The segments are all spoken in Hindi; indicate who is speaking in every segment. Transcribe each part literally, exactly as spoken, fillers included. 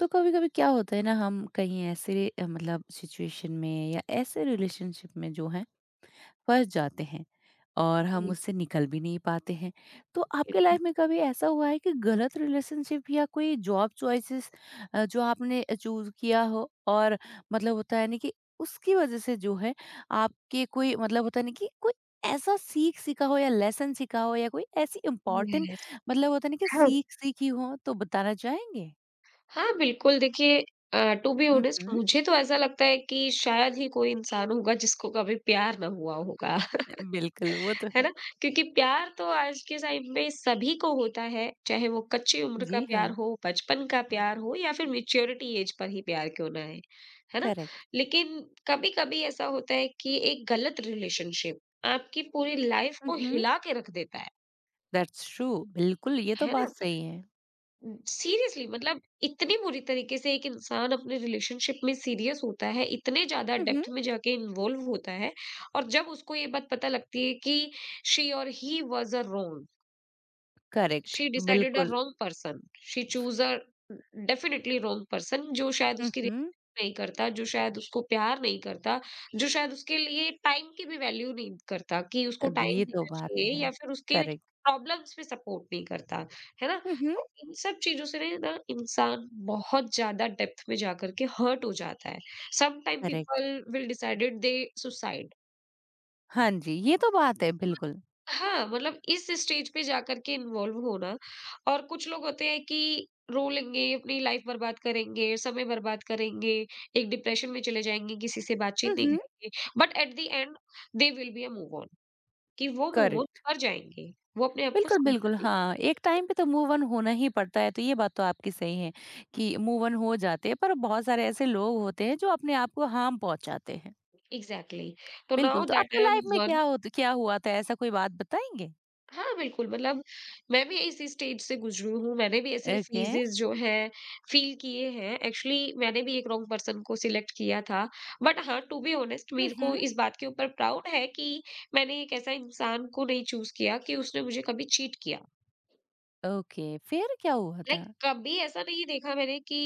Speaker 1: तो कभी-कभी क्या होता है ना हम कहीं ऐसे अ, मतलब सिचुएशन में या ऐसे रिलेशनशिप में जो है फँस जाते हैं और हम उससे निकल भी नहीं पाते हैं। तो
Speaker 2: यस।
Speaker 1: आपके लाइफ में कभी ऐसा हुआ है कि गलत रिलेशनशिप या कोई जॉब चॉइसेस अ, जो आपने चूज़ किया हो और मतलब होता है ना कि उसकी वज़ह से जो है आपके कोई मतलब होता है ना कि कोई ऐसा सीख सीखा हो या लेसन सीखा हो या कोई ऐसी इम्पोर्टेंट मतलब होता है ना कि
Speaker 2: हाँ,
Speaker 1: सीख सीखी हो तो बताना चाहेंगे?
Speaker 2: हाँ, बिल्कुल देखिए। अ, टू बी
Speaker 1: हुँ,
Speaker 2: ऑनेस्ट
Speaker 1: हुँ।
Speaker 2: मुझे तो ऐसा लगता है कि शायद ही कोई इंसान होगा जिसको कभी प्यार ना हुआ होगा।
Speaker 1: बिल्कुल, वो तो
Speaker 2: है ना?
Speaker 1: है।
Speaker 2: क्योंकि प्यार तो आज के टाइम में सभी को होता है, चाहे वो कच्ची उम्र का
Speaker 1: जी
Speaker 2: प्यार
Speaker 1: हाँ,
Speaker 2: हो, बचपन का प्यार हो या फिर मैच्योरिटी एज पर ही प्यार क्यों ना आए, है ना?
Speaker 1: करेक्ट।
Speaker 2: लेकिन कभी-कभी ऐसा होता है कि एक गलत रिलेशनशिप आपकी पूरी लाइफ
Speaker 1: हुँ,
Speaker 2: को
Speaker 1: हुँ।
Speaker 2: हिला के रख देता है,
Speaker 1: दैट्स ट्रू बिल्कुल, ये तो
Speaker 2: है ना?
Speaker 1: बात सही है।
Speaker 2: सीरियसली मतलब इतनी बुरी तरीके से एक इंसान अपने रिलेशनशिप में सीरियस होता है, इतने ज़्यादा
Speaker 1: हुँ, हुँ।
Speaker 2: डेप्थ में जाके इन्वॉल्व होता है। और जब उसको ये बात पता लगती है कि शी और he was a wrong,
Speaker 1: correct,
Speaker 2: she decided a
Speaker 1: बिल्कुल।
Speaker 2: Wrong person, she choose a definitely wrong person जो शायद
Speaker 1: हुँ,
Speaker 2: उसकी
Speaker 1: हुँ।
Speaker 2: रिस्पेक्ट नहीं करता, जो शायद उसको प्यार नहीं करता, जो शायद उसके लिए टाइम की भी वैल्यू नहीं करता कि उसको
Speaker 1: अ,
Speaker 2: टाइम
Speaker 1: ये तो
Speaker 2: देना
Speaker 1: बात
Speaker 2: चाहिए
Speaker 1: है।
Speaker 2: या फिर उसके
Speaker 1: करेक्ट,
Speaker 2: प्रॉब्लम्स में सपोर्ट नहीं करता, है ना?
Speaker 1: हुँ, हुँ।
Speaker 2: तो इन सब चीज़ों से ना इंसान बहुत ज़्यादा डेप्थ में जाकर के हर्ट हो जाता है। Some time
Speaker 1: correct.
Speaker 2: People will decided they suicide.
Speaker 1: हाँ जी, ये तो बात है बिल्कुल।
Speaker 2: हाँ, मतलब इस स्टेज पे जाकर के इन्वॉल्व होना। और कुछ लोग होते हैं कि रो लेंगे, अपनी लाइफ बर्बाद करेंगे, समय बर्बाद करेंगे, एक डिप्रेशन में चले जाएँगे, किसी से बातचीत
Speaker 1: हुँ,
Speaker 2: नहीं
Speaker 1: हुँ।
Speaker 2: करेंगे, but at the end they will be a move on, कि वो मूव ऑन
Speaker 1: करेक्ट,
Speaker 2: कर जाएँगे, वो अपने आप को
Speaker 1: बिल्कुल,
Speaker 2: संभाल
Speaker 1: बिल्कुल।
Speaker 2: लेंगे।
Speaker 1: हाँ, एक टाइम पे तो मूव ऑन होना ही पड़ता है, तो ये बात तो आपकी सही है कि मूव ऑन हो जाते हैं, पर बहुत सारे ऐसे लोग होते हैं जो अपने आप को हार्म पहुँचाते हैं।
Speaker 2: एग्ज़ैक्टली, तो नाउ
Speaker 1: बिल्कुल, तो
Speaker 2: दैट
Speaker 1: आपकी
Speaker 2: आई एम
Speaker 1: लाइफ में
Speaker 2: वन।
Speaker 1: क्या होत क्या हुआ था? ऐसा कोई बात बताएँगे?
Speaker 2: हाँ, बिल्कुल, मतलब मैं भी इस स्टेज से गुज़री हूँ, मैंने भी ऐसे
Speaker 1: ओके।
Speaker 2: फेजेज़ जो हैं, फ़ील किए हैं। एक्चुअली मैंने भी एक रॉन्ग पर्सन को सिलेक्ट किया था। बट हाँ, टू बी ऑनेस्ट
Speaker 1: हुँ,
Speaker 2: मेरे को
Speaker 1: हुँ।
Speaker 2: इस बात के ऊपर प्राउड है कि मैंने एक ऐसा इंसान को नहीं चूज़ किया कि उसने मुझे कभी चीट किया।
Speaker 1: ओके, फिर क्या हुआ
Speaker 2: लाइक
Speaker 1: था?
Speaker 2: कभी ऐसा नहीं देखा मैंने कि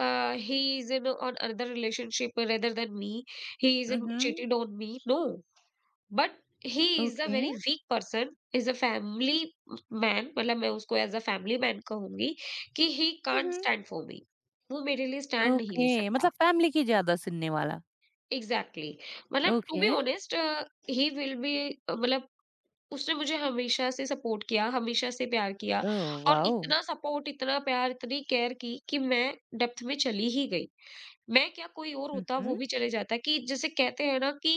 Speaker 2: uh, he is in on another relationship rather than me, he is in
Speaker 1: उहुँ।
Speaker 2: Cheated on me, no. But he is a
Speaker 1: okay.
Speaker 2: Very weak person, is a family man, मतलब मैं उसको एज अ फैमिली मैन कहूंगी कि ही कांट
Speaker 1: उहुँ।
Speaker 2: Stand for me. वो मेरे लिए स्टैंड नहीं ले
Speaker 1: ओके,
Speaker 2: सकता।
Speaker 1: मतलब फैमिली की ज़्यादा सुनने वाला।
Speaker 2: Exactly exactly. मतलब to
Speaker 1: okay,
Speaker 2: be honest he will be, मतलब उसने मुझे हमेशा से सपोर्ट किया, हमेशा से प्यार किया,
Speaker 1: ओह
Speaker 2: और
Speaker 1: वाओ!
Speaker 2: इतना सपोर्ट, इतना प्यार, इतनी केयर की कि मैं डेप्थ में चली ही गई। मैं क्या, कोई और होता वो
Speaker 1: उहुँ।
Speaker 2: भी चले जाता। कि जैसे कहते हैं ना कि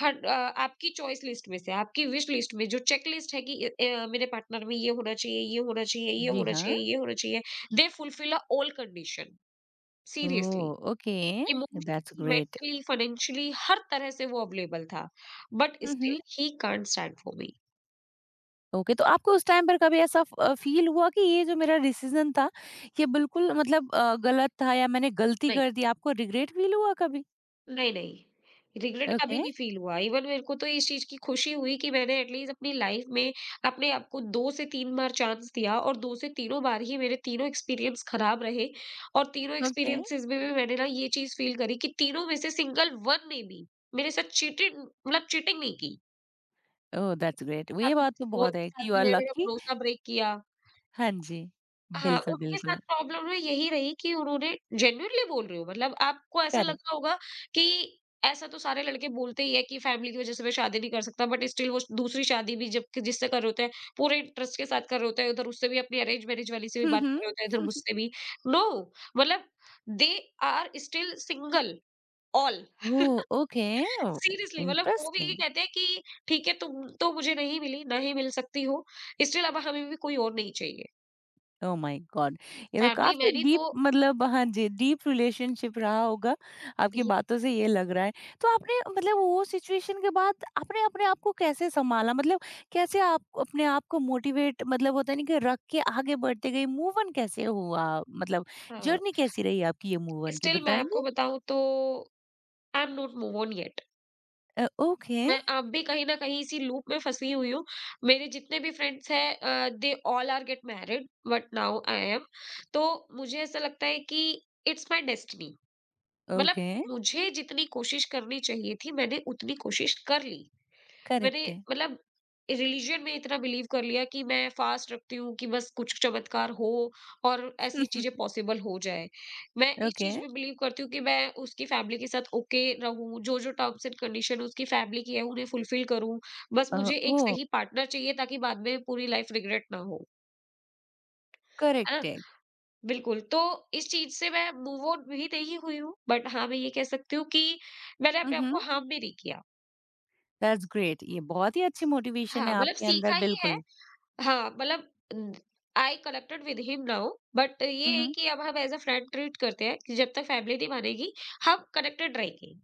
Speaker 2: हर अ, आपकी चॉइस लिस्ट में से, आपकी विश लिस्ट में जो चेक लिस्ट है कि अ, अ, मेरे पार्टनर में ये होना चाहिए, ये होना चाहिए, ये
Speaker 1: जी
Speaker 2: होना
Speaker 1: हाँ।
Speaker 2: चाहिए, ये होना चाहिए, they fulfil uh all condition, seriously
Speaker 1: oh! Okay, that's
Speaker 2: emotionally
Speaker 1: great.
Speaker 2: Mentally financially हर तरह से वो अवेलेबल था। बट
Speaker 1: उहुँ।
Speaker 2: Still he can't stand for me.
Speaker 1: Okay, तो आपको उस टाइम पर कभी ऐसा फ अ, फ़ील हुआ कि ये जो मेरा डिसीज़न था, ये बिल्कुल मतलब अ, गलत था या मैंने गलती कर दी, आपको रिग्रेट फ़ील हुआ कभी?
Speaker 2: नहीं, नहीं। रिग्रेट कभी
Speaker 1: ओके।
Speaker 2: नहीं फ़ील हुआ। इवन मेरे को तो इस चीज़ की खुशी हुई कि मैंने एटलीस्ट अपनी लाइफ़ में अपने आप को दो से तीन बार चांस दिया, और दो से तीनों बार ही मेरे तीनों एक्सपीरियंस खराब रहे। और तीनों
Speaker 1: ओके।
Speaker 2: एक्सपीरियंसेज़ में भी मैंने ना ये चीज़ फ़ील करी कि तीनों में से सिंगल वन ने भी मेरे साथ चीटिंग, मतलब चीटिंग नहीं की।
Speaker 1: ओह! That's great.
Speaker 2: साथ
Speaker 1: ये
Speaker 2: में
Speaker 1: बात तो
Speaker 2: किसी और
Speaker 1: बहुत
Speaker 2: के
Speaker 1: है कि
Speaker 2: साथ
Speaker 1: यू आर
Speaker 2: भी है, मेरा
Speaker 1: लकी
Speaker 2: भरोसा ब्रेक किया।
Speaker 1: हाँ जी,
Speaker 2: हाँ,
Speaker 1: बिल्कुल,
Speaker 2: उनके साथ
Speaker 1: बिल्कुल,
Speaker 2: प्रॉब्लम ना यही रही कि उन्होंने, जेन्युइनली बोल रही हूँ मतलब, आपको ऐसा
Speaker 1: करेक्ट।
Speaker 2: लगा होगा कि ऐसा तो सारे लड़के बोलते ही है कि फैमिली की वज़ह से मैं शादी नहीं कर सकता, बट स्टिल वो दूसरी शादी भी जब जिससे कर रहे होते हैं, पूरे इंटरेस्ट के साथ कर रहे होते हैं, उधर उससे भी अपनी अरेंज मैरेज वाली से भी
Speaker 1: हुँ,
Speaker 2: बात कर
Speaker 1: हुँ।
Speaker 2: रहे होते हैं, इधर मुझसे भी। नो no, मतलब they are still single all,
Speaker 1: oh! Okay
Speaker 2: seriously, मतलब वो भी ये
Speaker 1: इंटरेस्टिंग।
Speaker 2: कहते हैं कि ठीक है तुम तो मुझे नहीं मिली, ना ही मिल सकती हो, स्टिल अब हमें भी कोई और नहीं चाहिए।
Speaker 1: Oh my god! ये तो
Speaker 2: फैमिली
Speaker 1: काफ़ी
Speaker 2: मेरी
Speaker 1: डीप
Speaker 2: तो
Speaker 1: मतलब हाँ जी, डीप रिलेशनशिप रहा होगा, आपकी
Speaker 2: ये,
Speaker 1: बातों से ये लग रहा है। तो आपने मतलब वो सिचुएशन के बाद आपने अपने आप को कैसे सँभाला? मतलब कैसे आप अपने आप को मोटिवेट मतलब होता है ना कि रख के आगे बढ़ते गए, मूव ऑन कैसे हुआ? मतलब
Speaker 2: हाँ।
Speaker 1: जर्नी कैसी रही आपकी ये मूव ऑन की
Speaker 2: स्टिल मैं आपको
Speaker 1: बताएँगे?
Speaker 2: बताऊँ तो I am not move on yet.
Speaker 1: Uh, okay,
Speaker 2: मैं अब भी कहीं न कहीं इसी लूप में फँसी हुई हूँ। मेरे जितने भी फ्रेंड्स हैं uh, they all are get married but now I am. तो मुझे ऐसा लगता है कि इट्स माय डेस्टिनी, मतलब
Speaker 1: ओके,
Speaker 2: मुझे जितनी कोशिश करनी चाहिए थी मैंने उतनी कोशिश कर ली। मैंने,
Speaker 1: करेक्ट है।
Speaker 2: मतलब, रिलीजन में इतना बिलीव कर लिया कि मैं फास्ट रखती हूँ कि बस कुछ चमत्कार हो और ऐसी चीजें पॉसिबल हो जाए। मैं इस
Speaker 1: ओके।
Speaker 2: चीज में बिलीव करती हूँ कि मैं उसकी फैमिली के साथ ओके रहूं, जो जो टर्म्स एंड कंडीशन उसकी फैमिली की है उन्हें फुलफिल करूं। बस
Speaker 1: अ,
Speaker 2: मुझे एक
Speaker 1: ओह!
Speaker 2: सही पार्टनर चाहिए ताकि बाद में पूरी लाइफ रिग्रेट ना हो, है
Speaker 1: करेक्ट
Speaker 2: ना?
Speaker 1: है।
Speaker 2: बिल्कुल। तो इस चीज से मैं मूव ऑन भी नहीं हुई हूँ, बट हाँ मैं ये कह सकती हूँ कि मैंने
Speaker 1: हुँ,
Speaker 2: अपने आप
Speaker 1: हुँ।
Speaker 2: को हार्म भी नहीं किया।
Speaker 1: दैट्स ग्रेट ये बहुत ही अच्छी मोटिवेशन
Speaker 2: हाँ
Speaker 1: है
Speaker 2: मतलब
Speaker 1: आपके
Speaker 2: सीखा
Speaker 1: अंदर
Speaker 2: ही है।
Speaker 1: बिल्कुल।
Speaker 2: हाँ, मतलब I connected with him now, but
Speaker 1: हुँ,
Speaker 2: ये है
Speaker 1: हुँ।
Speaker 2: कि अब हम एज अ फ्रेंड ट्रीट करते हैं कि जब तक फैमिली नहीं मानेगी, हम कनेक्टेड रहेंगे।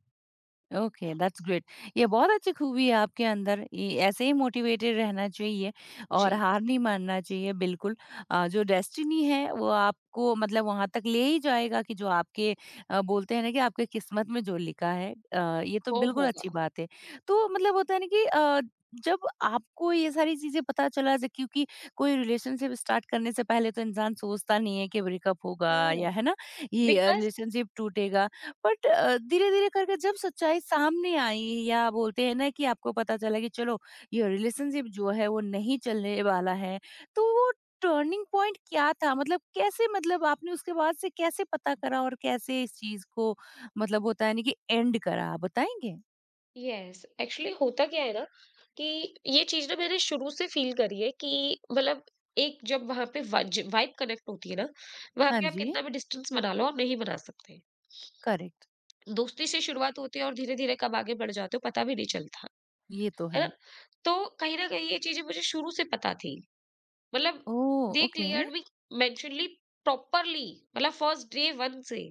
Speaker 1: ओके दैट्स ग्रेट ये बहुत अच्छी खूबी है आपके अंदर ये ऐसे ही मोटिवेटेड रहना चाहिए और
Speaker 2: जी,
Speaker 1: हार नहीं मानना चाहिए बिल्कुल अ, जो डेस्टिनी है वो आपको मतलब वहां तक ले ही जाएगा कि जो आपके अ, बोलते हैं ना कि आपके किस्मत में जो लिखा है अ, ये तो
Speaker 2: वो
Speaker 1: बिल्कुल अच्छी
Speaker 2: होगा।
Speaker 1: बात है तो मतलब होता है ना कि अ, जब आपको ये सारी चीजें पता चला जब- क्योंकि कोई रिलेशनशिप स्टार्ट करने से पहले तो इंसान सोचता नहीं है कि ब्रेकअप होगा
Speaker 2: हाँ,
Speaker 1: या है ना ये
Speaker 2: बिकॉज़,
Speaker 1: रिलेशनशिप टूटेगा बट अ, धीरे-धीरे करके जब सच्चाई सामने आई या बोलते हैं ना कि आपको पता चला कि चलो ये रिलेशनशिप जो है वो नहीं चलने वाला है, तो वो टर्निंग पॉइंट क्या था? मतलब कैसे मतलब आपने उसके बाद से कैसे पता करा और कैसे इस चीज़ को मतलब होता है ना कि एंड करा, आप बताएँगे?
Speaker 2: यस एक्चुअली होता क्या है ना कि ये चीज़ ना मैंने शुरू से फील करी है कि, मतलब एक जब वहाँ पे वज वाइब कनेक्ट होती है ना, वहाँ
Speaker 1: हाँ
Speaker 2: पे आप
Speaker 1: जी,
Speaker 2: कितना भी डिस्टेंस बना लो, आप नहीं बना सकते।
Speaker 1: करेक्ट।
Speaker 2: दोस्ती से शुरुआत होती है और धीरे-धीरे कब आगे बढ़ जाते हो पता भी नहीं चलता,
Speaker 1: ये तो
Speaker 2: है ना?
Speaker 1: है।
Speaker 2: तो कहीं न कहीं ये चीज़ें मुझे शुरू से पता थी, मतलब
Speaker 1: oh!
Speaker 2: They
Speaker 1: okay.
Speaker 2: Cleared me mentally properly, मतलब फर्स्ट डे वन से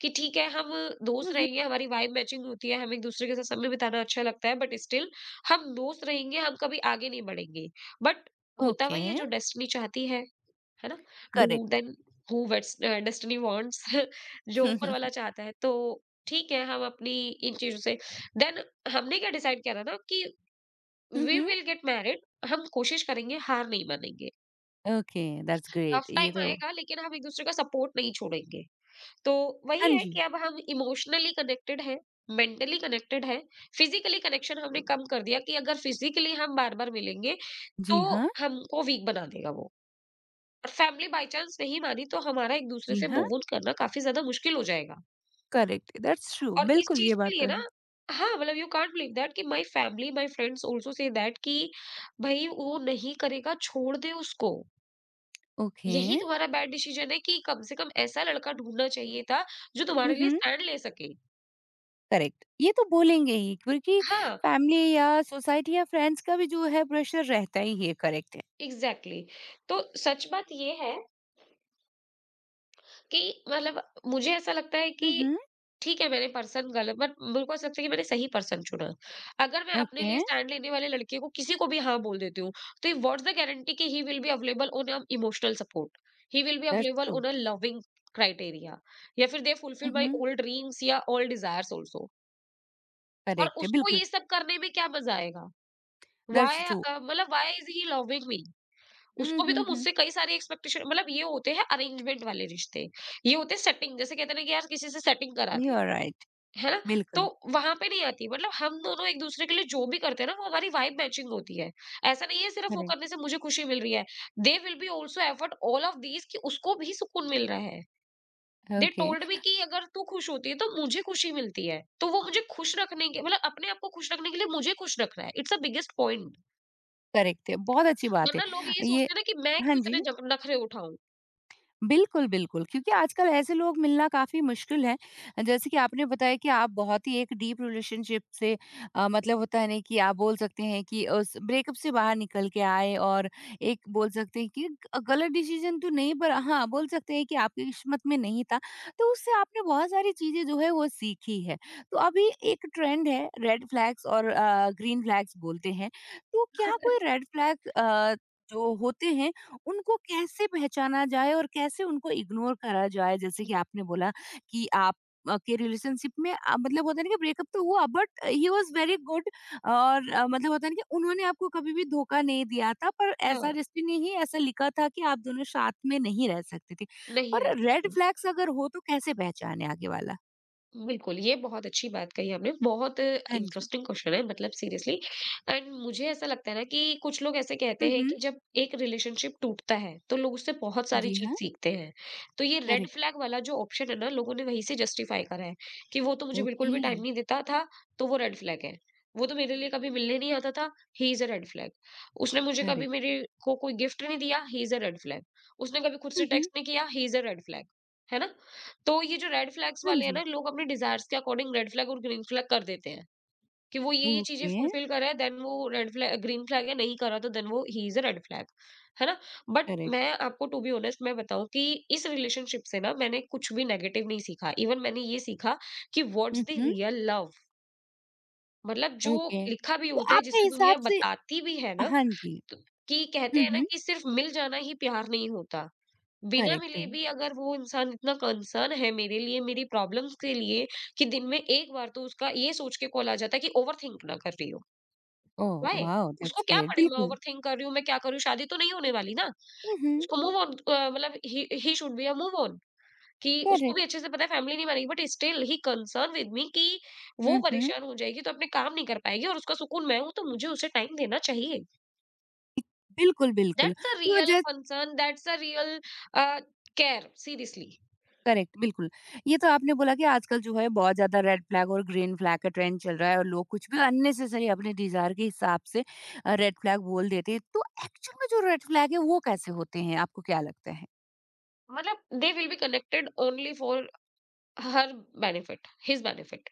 Speaker 2: कि ठीक है हम
Speaker 1: हुँ,
Speaker 2: दोस्त
Speaker 1: हुँ।
Speaker 2: रहेंगे, हमारी वाइब मैचिंग होती है, हमें एक दूसरे के साथ समय बिताना अच्छा लगता है, बट स्टिल हम दोस्त रहेंगे, हम कभी आगे नहीं बढ़ेंगे। बट होता
Speaker 1: ओके,
Speaker 2: वही है जो डेस्टिनी चाहती है है ना? Do
Speaker 1: correct.
Speaker 2: Then who destiny wants, जो ऊपर वाला चाहता है तो ठीक है हम अपनी इन चीजों से, देन हमने क्या डिसाइड किया था ना कि
Speaker 1: हुँ,
Speaker 2: वी
Speaker 1: हुँ।
Speaker 2: विल गेट मैरिड, हम कोशिश करेंगे, हार नहीं मानेंगे,
Speaker 1: ओके, दैट्स ग्रेट।
Speaker 2: टफ
Speaker 1: ये
Speaker 2: टाइम
Speaker 1: तो
Speaker 2: आएगा लेकिन हम एक-दूसरे का सपोर्ट नहीं छोड़ेंगे। तो वही
Speaker 1: हाँ
Speaker 2: है
Speaker 1: जी।
Speaker 2: कि अब हम इमोशनली कनेक्टेड हैं, मेंटली कनेक्टेड हैं, फिज़िकली कनेक्शन हमने कम कर दिया कि अगर फिज़िकली हम बार-बार मिलेंगे, तो
Speaker 1: जी हाँ,
Speaker 2: हमको वीक बना देगा वो। और फैमिली बाय चांस नहीं मानी तो हमारा एक-दूसरे
Speaker 1: जी
Speaker 2: से
Speaker 1: हाँ।
Speaker 2: मूव ऑन करना काफ़ी ज़्यादा मुश्किल हो जाएगा।
Speaker 1: करेक्ट दैट्स ट्रू
Speaker 2: और इस
Speaker 1: बिल्कुल
Speaker 2: चीज़
Speaker 1: ये
Speaker 2: के
Speaker 1: बात
Speaker 2: लिए
Speaker 1: तो
Speaker 2: ना,
Speaker 1: है
Speaker 2: हाँ, मतलब यू कांट बिलीव दैट कि my family, my friends also say that कि भई वो नहीं करेगा, छोड़ दे उसको।
Speaker 1: ओके
Speaker 2: यही तुम्हारा बैड डिसीजन है कि कम से कम ऐसा लड़का ढूंढना चाहिए था जो हम्म, तुम्हारे लिए
Speaker 1: हम्म
Speaker 2: स्टैंड ले सके।
Speaker 1: करेक्ट ये तो बोलेंगे ही क्योंकि
Speaker 2: हाँ
Speaker 1: फैमिली या सोसाइटी या फ्रेंड्स का भी जो है प्रेशर रहता ही है करेक्ट है
Speaker 2: एग्जैक्टली exactly. तो सच बात ये है कि, मतलब, मुझे ऐसा लगता है कि
Speaker 1: हम्म
Speaker 2: ठीक है मैंने पर्सन गलत, बट मेरे को ऐसा लगता है कि मैंने सही पर्सन चुना। अगर मैं अपने
Speaker 1: ओके
Speaker 2: लिए स्टैंड लेने वाले लड़के को, किसी को भी हाँ बोल देती हूँ, तो व्हाट्स द गारंटी कि he will be available on a emotional support, he will be
Speaker 1: that's
Speaker 2: available
Speaker 1: true
Speaker 2: on a loving criteria, या फिर they fulfil my
Speaker 1: hmm
Speaker 2: old dreams या ओल्ड डिजायर्स ऑल्सो। और
Speaker 1: करेक्ट है
Speaker 2: उसको
Speaker 1: बिल्कुल
Speaker 2: ये सब करने में क्या मज़ा आएगा?
Speaker 1: दैट्स
Speaker 2: व्हाई
Speaker 1: ट्रू
Speaker 2: अ, मतलब why is he loving me?
Speaker 1: Hmm
Speaker 2: उसको भी तो
Speaker 1: हम्म
Speaker 2: मुझसे कई सारी एक्सपेक्टेशन, मतलब ये होते हैं अरेंजमेंट वाले रिश्ते। ये होते हैं सेटिंग, जैसे कहते हैं ना कि यार किसी से सेटिंग करा
Speaker 1: यू
Speaker 2: दे,
Speaker 1: आर राइट
Speaker 2: है ना? तो
Speaker 1: बिल्कुल
Speaker 2: वहाँ पे नहीं आती, मतलब हम दोनों एक-दूसरे के लिए जो भी करते हैं ना वो हमारी वाइब मैचिंग होती है। ऐसा नहीं है सिर्फ़ वो
Speaker 1: करेक्ट
Speaker 2: करने से मुझे खुशी मिल रही है। They will be also effort all of these कि उसको भी सुकून मिल रहा है। दे
Speaker 1: ओके
Speaker 2: टोल्ड मी कि अगर तू खुश होती है तो मुझे खुशी मिलती है। तो वो मुझे खुश रखने के, मतलब अपने आप को खुश रखने के लिए मुझे खुश रखना है। It's a biggest point.
Speaker 1: Correct है बहुत अच्छी बात है
Speaker 2: वरना लोग ये
Speaker 1: ये
Speaker 2: सोचते हैं ना कि मैं
Speaker 1: हाँ
Speaker 2: क्यों इतने
Speaker 1: जी
Speaker 2: जग नखरे उठाऊँ।
Speaker 1: बिल्कुल, बिल्कुल, क्योंकि आजकल ऐसे लोग मिलना काफ़ी मुश्किल है। जैसे कि आपने बताया कि आप बहुत ही एक डीप रिलेशनशिप से अ, मतलब होता है ना कि आप बोल सकते हैं कि उस ब्रेकअप से बाहर निकल के आए और एक बोल सकते हैं कि ग गलत डिसीज़न तो नहीं पर हाँ, बोल सकते हैं कि आपकी किस्मत में नहीं था। तो उससे आपने बहुत सारी चीज़ें जो है वो सीखी है। तो अभी एक ट्रेंड है रेड फ्लैग्स और अ, ग्रीन फ्लैग्स बोलते हैं। तो क्या कोई रेड फ्लैग अ, जो होते हैं उनको कैसे पहचाना जाए और कैसे उनको इग्नोर करा जाए? जैसे कि आपने बोला कि आप अ, के रिलेशनशिप में अ, मतलब होता है ना कि ब्रेकअप तो हुआ but he was very good और अ, मतलब होता है ना कि उन्होंने आपको कभी भी धोखा नहीं दिया था पर ऐसा
Speaker 2: हाँ,
Speaker 1: डेस्टिनी ही ऐसा लिखा था कि आप दोनों साथ में नहीं रह सकते थे।
Speaker 2: नहीं रह
Speaker 1: पर रेड
Speaker 2: सकते।
Speaker 1: फ्लैग्स अगर हो तो कैसे पहचाने आगे वाला?
Speaker 2: बिल्कुल, ये बहुत अच्छी बात कही आपने, बहुत
Speaker 1: हाँ जी।
Speaker 2: इंटरेस्टिंग क्वेश्चन है, मतलब सीरियसली। एंड मुझे ऐसा लगता है ना कि कुछ लोग ऐसे कहते
Speaker 1: हुँ,
Speaker 2: हैं
Speaker 1: हुँ।
Speaker 2: कि जब एक रिलेशनशिप टूटता है, तो लोग उससे बहुत सारी
Speaker 1: जी
Speaker 2: चीज़
Speaker 1: हाँ,
Speaker 2: सीखते हैं। तो ये रेड
Speaker 1: करेक्ट।
Speaker 2: फ्लैग वाला जो ऑप्शन है ना, लोगों ने वहीं से जस्टिफाई करा है कि वो तो मुझे बिल्कुल
Speaker 1: ओके,
Speaker 2: भी टाइम नहीं देता था, तो वो रेड फ्लैग है। वो तो मेरे लिए कभी मिलने नहीं आता था, he is a red flag. उसने मुझे कभी,
Speaker 1: करेक्ट।
Speaker 2: मेरे को कोई गिफ्ट नहीं दिया, he is a red flag. उसने कभी खुद से
Speaker 1: हुँ, हुँ।
Speaker 2: टेक्स्ट नहीं किया, he is a red flag. है ना? तो ये जो रेड फ्लैग्स
Speaker 1: हाँ
Speaker 2: वाले हैं
Speaker 1: जी।
Speaker 2: ना, लोग अपने डिज़ायर्स के अकॉर्डिंग रेड फ्लैग और ग्रीन फ्लैग कर देते हैं, कि वो ये-ये चीज़ें
Speaker 1: ओके,
Speaker 2: फुलफ़िल कर रहा है, देन वो रेड फ्लैग ग्रीन फ्लैग है, नहीं कर रहा तो देन वो he is a red flag, है ना? बट मैं
Speaker 1: करेक्ट।
Speaker 2: आपको टू बी ऑनेस्ट मैं बताऊँ कि इस रिलेशनशिप से ना मैंने कुछ भी नेगेटिव नहीं सीखा, इवन मैंने ये सीखा कि व्हाट्स
Speaker 1: हुँ,
Speaker 2: द
Speaker 1: हुँ।
Speaker 2: Real love. मतलब जो
Speaker 1: ओके,
Speaker 2: लिखा भी
Speaker 1: तो
Speaker 2: होता है,
Speaker 1: आपके
Speaker 2: जिसे दुनिया
Speaker 1: हिसाब से
Speaker 2: बताती भी है ना,
Speaker 1: हाँ जी।
Speaker 2: तो कि कहते
Speaker 1: हुँ,
Speaker 2: हैं ना
Speaker 1: हुँ,
Speaker 2: कि सिर्फ़ मिल जाना ही प्यार नहीं होता। बिना
Speaker 1: करेक्ट है।
Speaker 2: मिले भी अगर वो इंसान इतना कंसर्न है मेरे लिए, मेरी प्रॉब्लम्स के लिए कि दिन में एक बार तो उसका ये सोच के कॉल आ जाता है कि ओवरथिंक ना कर रही हो।
Speaker 1: Oh
Speaker 2: why?
Speaker 1: वाओ!
Speaker 2: उसको
Speaker 1: दैट्स
Speaker 2: क्या
Speaker 1: ग्रेट
Speaker 2: पड़ी मैं
Speaker 1: बिल्कुल।
Speaker 2: ओवरथिंक कर रही हूँ, मैं क्या करूँ? शादी तो नहीं होने वाली ना।
Speaker 1: हुँ, हुँ,
Speaker 2: उसको मूव ऑन अ, मतलब he he should be a move on कि उसको भी
Speaker 1: करेक्ट।
Speaker 2: अच्छे से पता है फैमिली नहीं बनेगी but still he concern with me कि वो
Speaker 1: हुँ, हुँ,
Speaker 2: परेशान हो जाएगी तो अपने काम नहीं कर पाएगी और उसका सुकून मैं हूँ तो मुझे उसे टाइम देना चाहिए।
Speaker 1: बिल्कुल, बिल्कुल।
Speaker 2: दैट्स अ
Speaker 1: तो
Speaker 2: real
Speaker 1: just
Speaker 2: concern, that's a real uh, care seriously.
Speaker 1: Correct बिल्कुल। ये तो आपने बोला कि आजकल जो है बहुत ज़्यादा रेड फ्लैग और ग्रीन फ्लैग का ट्रेंड चल रहा है और लोग कुछ भी अननेसेसरी अपने डिज़ायर के हिसाब से अ, रेड फ्लैग बोल देते हैं। तो एक्चुअल में जो रेड फ्लैग है वो कैसे होते हैं? आपको क्या लगता है?
Speaker 2: मतलब they will be connected only for her benefit, his benefit.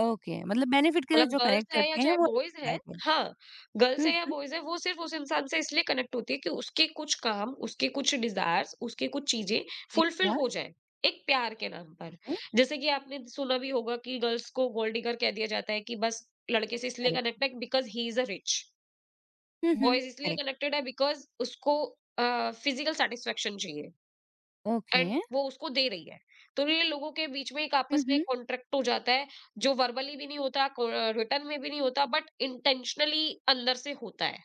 Speaker 1: Okay, मतलब बेनिफिट के लिए
Speaker 2: मतलब
Speaker 1: जो
Speaker 2: गर्ल्स
Speaker 1: कनेक्ट
Speaker 2: है या
Speaker 1: करते हैं
Speaker 2: चाहे
Speaker 1: वो
Speaker 2: बॉयज
Speaker 1: रेड
Speaker 2: है,
Speaker 1: फ्लैग है।
Speaker 2: हाँ, गर्ल्स
Speaker 1: हुँ,
Speaker 2: है या
Speaker 1: हुँ।
Speaker 2: बॉयज है, वो सिर्फ उस इंसान से इसलिए कनेक्ट होती है कि उसके कुछ काम, उसके कुछ डिजायर्स, उसके कुछ चीजें
Speaker 1: जी
Speaker 2: फुलफिल
Speaker 1: हाँ,
Speaker 2: हो जाए एक प्यार के नाम पर।
Speaker 1: ये
Speaker 2: जैसे कि आपने सुना भी होगा कि गर्ल्स को गोल्ड डिगर कह दिया जाता है कि बस लड़के से इसलिए कनेक्ट
Speaker 1: करेक्ट।
Speaker 2: है because he is a rich.
Speaker 1: हुँ, हुँ,
Speaker 2: बॉयज इसलिए
Speaker 1: करेक्ट।
Speaker 2: कनेक्टेड है बिकॉज उसको फिजिकल सेटिस्फेक्शन चाहिए
Speaker 1: ओके
Speaker 2: एंड वो उसको दे रही है। तो ये लोगों के बीच में एक
Speaker 1: हुँ,
Speaker 2: आपस में एक
Speaker 1: हुँ।
Speaker 2: कॉन्ट्रैक्ट हो जाता है, जो वर्बली भी नहीं होता, को अ, रिटन में भी नहीं होता बट इंटेंशनली अंदर से होता है।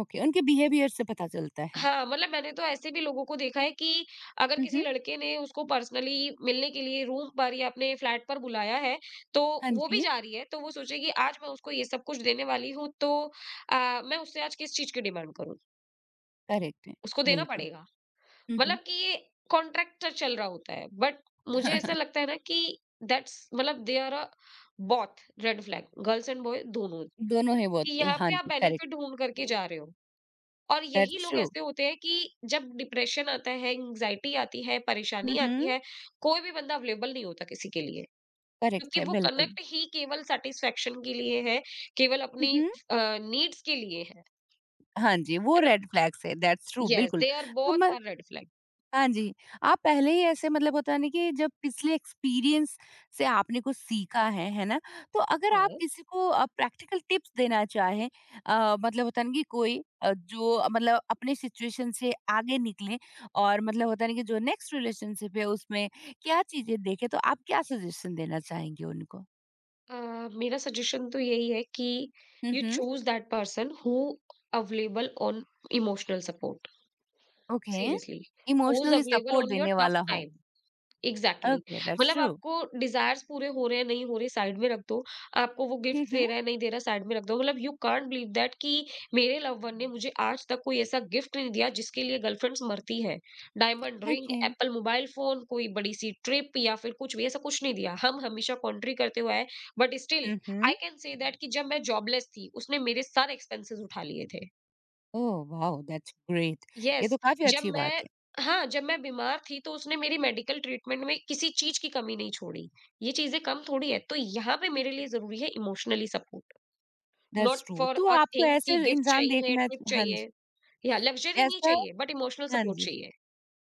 Speaker 1: ओके, उनके बिहेवियर से पता चलता है।
Speaker 2: हाँ, मतलब मैंने तो ऐसे भी लोगों को देखा है कि अगर
Speaker 1: हुँ,
Speaker 2: किसी
Speaker 1: हुँ।
Speaker 2: लड़के ने उसको पर्सनली मिलने के लिए रूम पर या अपने फ्लैट पर बुलाया है, तो
Speaker 1: हाँ
Speaker 2: वो भी
Speaker 1: जी,
Speaker 2: जा रही है, तो वो सोचेगी आज मैं उसको ये सब कुछ देने वाली हूँ, तो अ, मैं उससे आज किस चीज़ की डिमांड करूँ?
Speaker 1: करेक्ट है,
Speaker 2: उसको देना
Speaker 1: बिल्कुल।
Speaker 2: पड़ेगा।
Speaker 1: हुँ, हुँ।
Speaker 2: मतलब कि ये कॉन्ट्रैक्टर चल रहा होता है बट मुझे ऐसा लगता है ना कि दैट्स मतलब they are a both red flag, girls and boy दोनों,
Speaker 1: दोनों है
Speaker 2: कि
Speaker 1: बहुत
Speaker 2: यहाँ
Speaker 1: हाँ
Speaker 2: पे आप
Speaker 1: जी, करेक्ट
Speaker 2: बेनिफिट ढूंढ करके जा रहे हो। और यही
Speaker 1: दैट्स
Speaker 2: लोग
Speaker 1: ट्रू।
Speaker 2: ऐसे होते हैं कि जब डिप्रेशन आता है, एंग्जाइटी आती है,
Speaker 1: हुँ,
Speaker 2: परेशानी
Speaker 1: हुँ।
Speaker 2: आती है, कोई भी बंदा अवेलेबल नहीं होता किसी के लिए,
Speaker 1: करेक्ट
Speaker 2: क्योंकि
Speaker 1: है,
Speaker 2: वो
Speaker 1: बिल्कुल।
Speaker 2: कनेक्ट ही केवल सेटिस्फेक्शन के लिए है, केवल
Speaker 1: हुँ,
Speaker 2: अपनी
Speaker 1: हुँ।
Speaker 2: नीड्स के लिए है
Speaker 1: हाँ जी, वो
Speaker 2: है ना।
Speaker 1: रेड फ्लैग्स है दैट्स ट्रू
Speaker 2: यस,
Speaker 1: बिल्कुल।
Speaker 2: दे आर
Speaker 1: तो
Speaker 2: बोथ
Speaker 1: मैं
Speaker 2: आर रेड फ्लैग।
Speaker 1: हाँ जी, आप पहले ही ऐसे मतलब होता है ना कि जब पिछले एक्सपीरियंस से आपने कुछ सीखा है, है ना? तो अगर आप किसी को अ, प्रैक्टिकल टिप्स देना चाहें अ, मतलब होता है ना कि कोई अ, जो अ, मतलब अपने सिचुएशन से आगे निकले और मतलब होता है ना कि जो नेक्स्ट रिलेशनशिप है उसमें क्या चीज़ें देखें, तो आप क्या सजेशन देना चाहेंगे उनको?
Speaker 2: अ, मेरा सजेशन तो यही है कि
Speaker 1: हुँ,
Speaker 2: यू
Speaker 1: हुँ,
Speaker 2: choose that person who available on emotional support
Speaker 1: okay.
Speaker 2: Seriously, who is
Speaker 1: emotionally
Speaker 2: available
Speaker 1: support
Speaker 2: on your
Speaker 1: देने
Speaker 2: टफ
Speaker 1: वाला हो।
Speaker 2: Time, exactly.
Speaker 1: ओके, दैट्स
Speaker 2: मतलब
Speaker 1: ट्रू।
Speaker 2: आपको डिज़ायर्स पूरे हो रहे हैं, नहीं हो रहे, साइड में रख दो। आपको वो
Speaker 1: हुँ,
Speaker 2: गिफ्ट
Speaker 1: हुँ,
Speaker 2: दे रहा है, नहीं दे रहा, साइड में रख दो। मतलब यू कांट बिलीव दैट कि मेरे लव वन ने मुझे आज तक कोई ऐसा गिफ्ट नहीं दिया जिसके लिए गर्लफ्रेंड्स मरती हैं। Diamond ring,
Speaker 1: okay.
Speaker 2: Apple mobile phone, कोई बड़ी-सी ट्रिप या फिर कुछ भी ऐसा कुछ नहीं दिया। हम हमेशा कॉन्ट्री करते हुए आए बट स्टिल
Speaker 1: हुँ,
Speaker 2: आई
Speaker 1: हुँ।
Speaker 2: कैन से दैट कि जब मैं जॉबलेस थी उसने मेरे सारे एक्सपेंसेस उठा लिए थे।
Speaker 1: Oh wow! That's great. ये
Speaker 2: यस,
Speaker 1: तो काफ़ी
Speaker 2: जब
Speaker 1: अच्छी बात
Speaker 2: मैं
Speaker 1: है।
Speaker 2: हाँ जब मैं बीमार थी तो उसने मेरी मेडिकल ट्रीटमेंट में किसी चीज की कमी नहीं छोड़ी। ये चीजें कम थोड़ी है, तो यहाँ पे मेरे लिए जरूरी है emotionally support,
Speaker 1: that's
Speaker 2: not
Speaker 1: true.
Speaker 2: For
Speaker 1: तो
Speaker 2: अ
Speaker 1: आपको
Speaker 2: थिंग कि
Speaker 1: ऐसे
Speaker 2: गिफ्ट
Speaker 1: इंसान
Speaker 2: चाहिए,
Speaker 1: देखना
Speaker 2: ट्रिप
Speaker 1: च हाँ जी,
Speaker 2: चाहिए या लग्जरी नहीं
Speaker 1: ऐसा
Speaker 2: चाहिए बट इमोशनल
Speaker 1: हाँ
Speaker 2: सपोर्ट
Speaker 1: जी,
Speaker 2: चाहिए।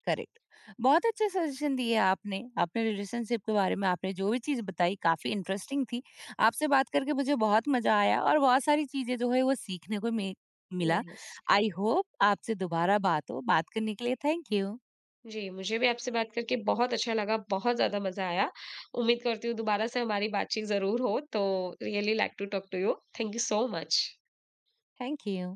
Speaker 1: करेक्ट। बहुत अच्छे सजेशन दिए आपने। अपने रिलेशनशिप के बारे में आपने जो भी चीज़ बताई काफ़ी इंटरेस्टिंग थी। आपसे बात करके मुझे बहुत मज़ा आया और बहुत सारी चीज़ें जो है वो सीखने को मि मिला।
Speaker 2: यस,
Speaker 1: आई होप आपसे दोबारा बात हो। बात करने के लिए थैंक यू।
Speaker 2: जी मुझे भी आपसे बात करके बहुत अच्छा लगा, बहुत ज्यादा मजा आया। उम्मीद करती हूँ दोबारा से हमारी बातचीत जरूर हो, तो really like to talk to you. Thank you so much.
Speaker 1: Thank you.